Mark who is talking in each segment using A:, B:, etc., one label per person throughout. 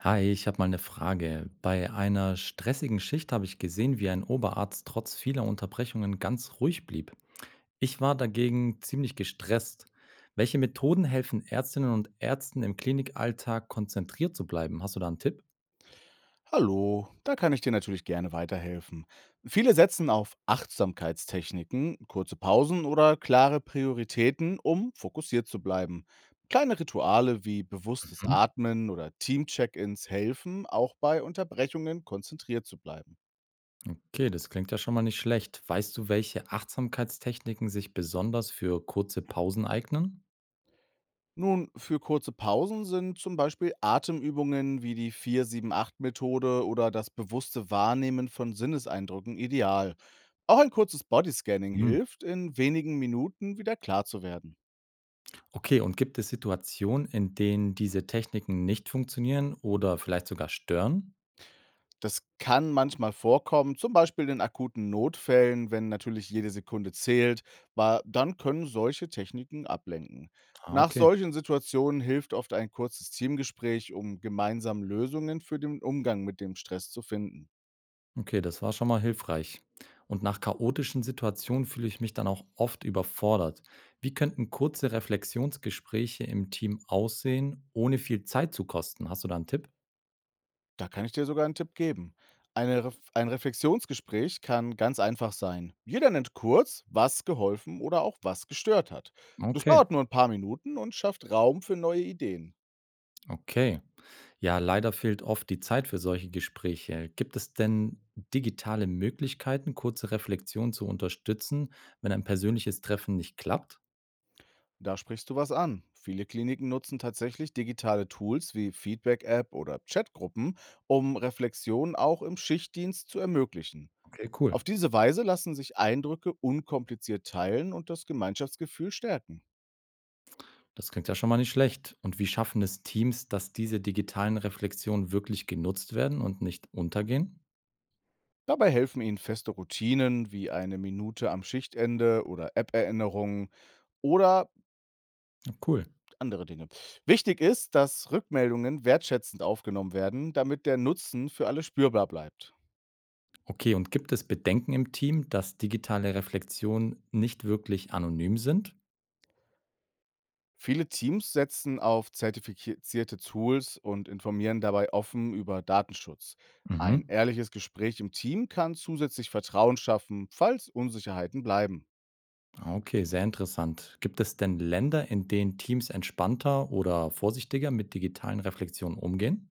A: Hi, ich habe mal eine Frage. Bei einer stressigen Schicht habe ich gesehen, wie ein Oberarzt trotz vieler Unterbrechungen ganz ruhig blieb. Ich war dagegen ziemlich gestresst. Welche Methoden helfen Ärztinnen und Ärzten im Klinikalltag konzentriert zu bleiben? Hast du da einen Tipp?
B: Hallo, da kann ich dir natürlich gerne weiterhelfen. Viele setzen auf Achtsamkeitstechniken, kurze Pausen oder klare Prioritäten, um fokussiert zu bleiben. Kleine Rituale wie bewusstes
A: Mhm.
B: Atmen oder Team-Check-ins helfen, auch bei Unterbrechungen konzentriert zu bleiben.
A: Okay, das klingt ja schon mal nicht schlecht. Weißt du, welche Achtsamkeitstechniken sich besonders für kurze Pausen eignen?
B: Nun, für kurze Pausen sind zum Beispiel Atemübungen wie die 4-7-8-Methode oder das bewusste Wahrnehmen von Sinneseindrücken ideal. Auch ein kurzes Bodyscanning
A: Mhm.
B: hilft, in wenigen Minuten wieder klar zu werden.
A: Okay, und gibt es Situationen, in denen diese Techniken nicht funktionieren oder vielleicht sogar stören?
B: Das kann manchmal vorkommen, zum Beispiel in akuten Notfällen, wenn natürlich jede Sekunde zählt, dann können solche Techniken ablenken.
A: Ah,
B: Nach
A: okay.
B: solchen Situationen hilft oft ein kurzes Teamgespräch, um gemeinsam Lösungen für den Umgang mit dem Stress zu finden.
A: Okay, das war schon mal hilfreich. Und nach chaotischen Situationen fühle ich mich dann auch oft überfordert. Wie könnten kurze Reflexionsgespräche im Team aussehen, ohne viel Zeit zu kosten? Hast du da einen Tipp?
B: Da kann ich dir sogar einen Tipp geben. Ein Reflexionsgespräch kann ganz einfach sein. Jeder nennt kurz, was geholfen oder auch was gestört hat. Das
A: Okay,
B: dauert nur ein paar Minuten und schafft Raum für neue Ideen.
A: okay. Ja, leider fehlt oft die Zeit für solche Gespräche. Gibt es denn digitale Möglichkeiten, kurze Reflexionen zu unterstützen, wenn ein persönliches Treffen nicht klappt?
B: Da sprichst du was an. Viele Kliniken nutzen tatsächlich digitale Tools wie Feedback-App oder Chatgruppen, um Reflexionen auch im Schichtdienst zu ermöglichen.
A: Okay, cool.
B: Auf diese Weise lassen sich Eindrücke unkompliziert teilen und das Gemeinschaftsgefühl stärken.
A: Das klingt ja schon mal nicht schlecht. Und wie schaffen es Teams, dass diese digitalen Reflexionen wirklich genutzt werden und nicht untergehen?
B: Dabei helfen Ihnen feste Routinen wie eine Minute am Schichtende oder App-Erinnerungen oder
A: Ja, cool.
B: andere Dinge. Wichtig ist, dass Rückmeldungen wertschätzend aufgenommen werden, damit der Nutzen für alle spürbar bleibt.
A: Okay, und gibt es Bedenken im Team, dass digitale Reflexionen nicht wirklich anonym sind?
B: Viele Teams setzen auf zertifizierte Tools und informieren dabei offen über Datenschutz.
A: Mhm.
B: Ein ehrliches Gespräch im Team kann zusätzlich Vertrauen schaffen, falls Unsicherheiten bleiben.
A: Ah, okay, sehr interessant. Gibt es denn Länder, in denen Teams entspannter oder vorsichtiger mit digitalen Reflexionen umgehen?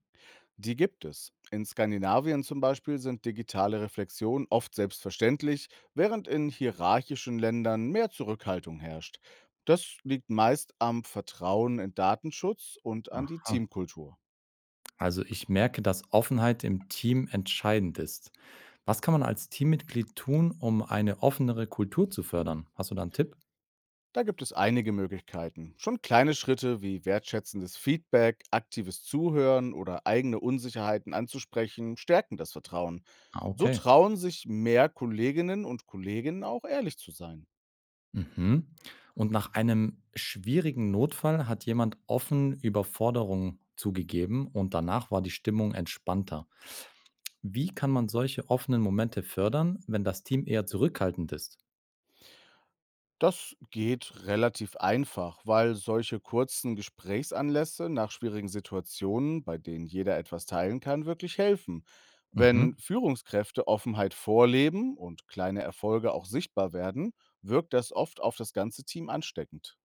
B: Die gibt es. In Skandinavien zum Beispiel sind digitale Reflexionen oft selbstverständlich, während in hierarchischen Ländern mehr Zurückhaltung herrscht. Das liegt meist am Vertrauen in Datenschutz und an die
A: Aha.
B: Teamkultur.
A: Also ich merke, dass Offenheit im Team entscheidend ist. Was kann man als Teammitglied tun, um eine offenere Kultur zu fördern? Hast du da einen Tipp?
B: Da gibt es einige Möglichkeiten. Schon kleine Schritte wie wertschätzendes Feedback, aktives Zuhören oder eigene Unsicherheiten anzusprechen, stärken das Vertrauen.
A: Ah,
B: So
A: okay.
B: trauen sich mehr Kolleginnen und Kollegen auch ehrlich zu sein.
A: Mhm. Und nach einem schwierigen Notfall hat jemand offen Überforderung zugegeben und danach war die Stimmung entspannter. Wie kann man solche offenen Momente fördern, wenn das Team eher zurückhaltend ist?
B: Das geht relativ einfach, weil solche kurzen Gesprächsanlässe nach schwierigen Situationen, bei denen jeder etwas teilen kann, wirklich helfen. Wenn
A: Mhm.
B: Führungskräfte Offenheit vorleben und kleine Erfolge auch sichtbar werden, wirkt das oft auf das ganze Team ansteckend.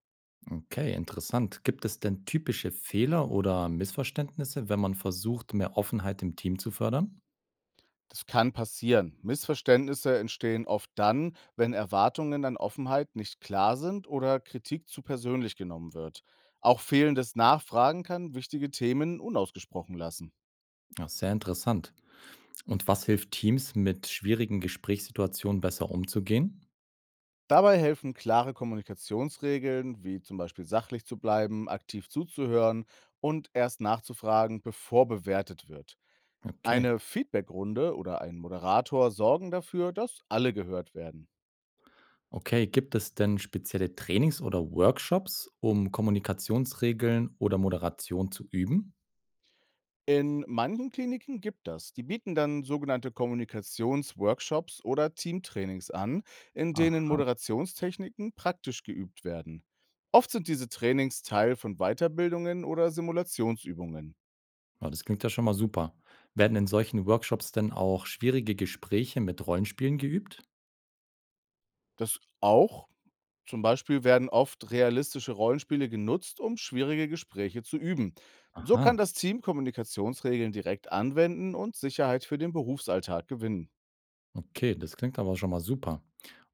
A: Okay, interessant. Gibt es denn typische Fehler oder Missverständnisse, wenn man versucht, mehr Offenheit im Team zu fördern?
B: Das kann passieren. Missverständnisse entstehen oft dann, wenn Erwartungen an Offenheit nicht klar sind oder Kritik zu persönlich genommen wird. Auch fehlendes Nachfragen kann wichtige Themen unausgesprochen lassen.
A: Ja, sehr interessant. Und was hilft Teams, mit schwierigen Gesprächssituationen besser umzugehen?
B: Dabei helfen klare Kommunikationsregeln, wie zum Beispiel sachlich zu bleiben, aktiv zuzuhören und erst nachzufragen, bevor bewertet wird.
A: Okay.
B: Eine Feedbackrunde oder ein Moderator sorgen dafür, dass alle gehört werden.
A: Okay, gibt es denn spezielle Trainings oder Workshops, um Kommunikationsregeln oder Moderation zu üben?
B: In manchen Kliniken gibt das. Die bieten dann sogenannte Kommunikationsworkshops oder Teamtrainings an, in denen
A: Aha.
B: Moderationstechniken praktisch geübt werden. Oft sind diese Trainings Teil von Weiterbildungen oder Simulationsübungen.
A: Ja, das klingt ja schon mal super. Werden in solchen Workshops denn auch schwierige Gespräche mit Rollenspielen geübt?
B: Das auch. Zum Beispiel werden oft realistische Rollenspiele genutzt, um schwierige Gespräche zu üben. So kann
A: Aha.
B: das Team Kommunikationsregeln direkt anwenden und Sicherheit für den Berufsalltag gewinnen.
A: Okay, das klingt aber schon mal super.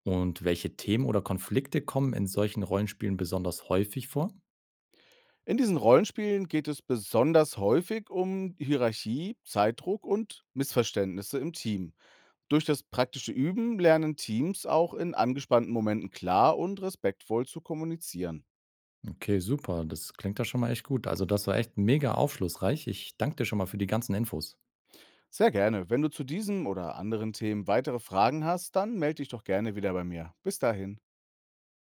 A: Und welche Themen oder Konflikte kommen in solchen Rollenspielen besonders häufig vor?
B: In diesen Rollenspielen geht es besonders häufig um Hierarchie, Zeitdruck und Missverständnisse im Team. Durch das praktische Üben lernen Teams auch in angespannten Momenten klar und respektvoll zu kommunizieren.
A: Okay, super. Das klingt ja schon mal echt gut. Also, das war echt mega aufschlussreich. Ich danke dir schon mal für die ganzen Infos.
B: Sehr gerne. Wenn du zu diesem oder anderen Themen weitere Fragen hast, dann melde dich doch gerne wieder bei mir. Bis dahin.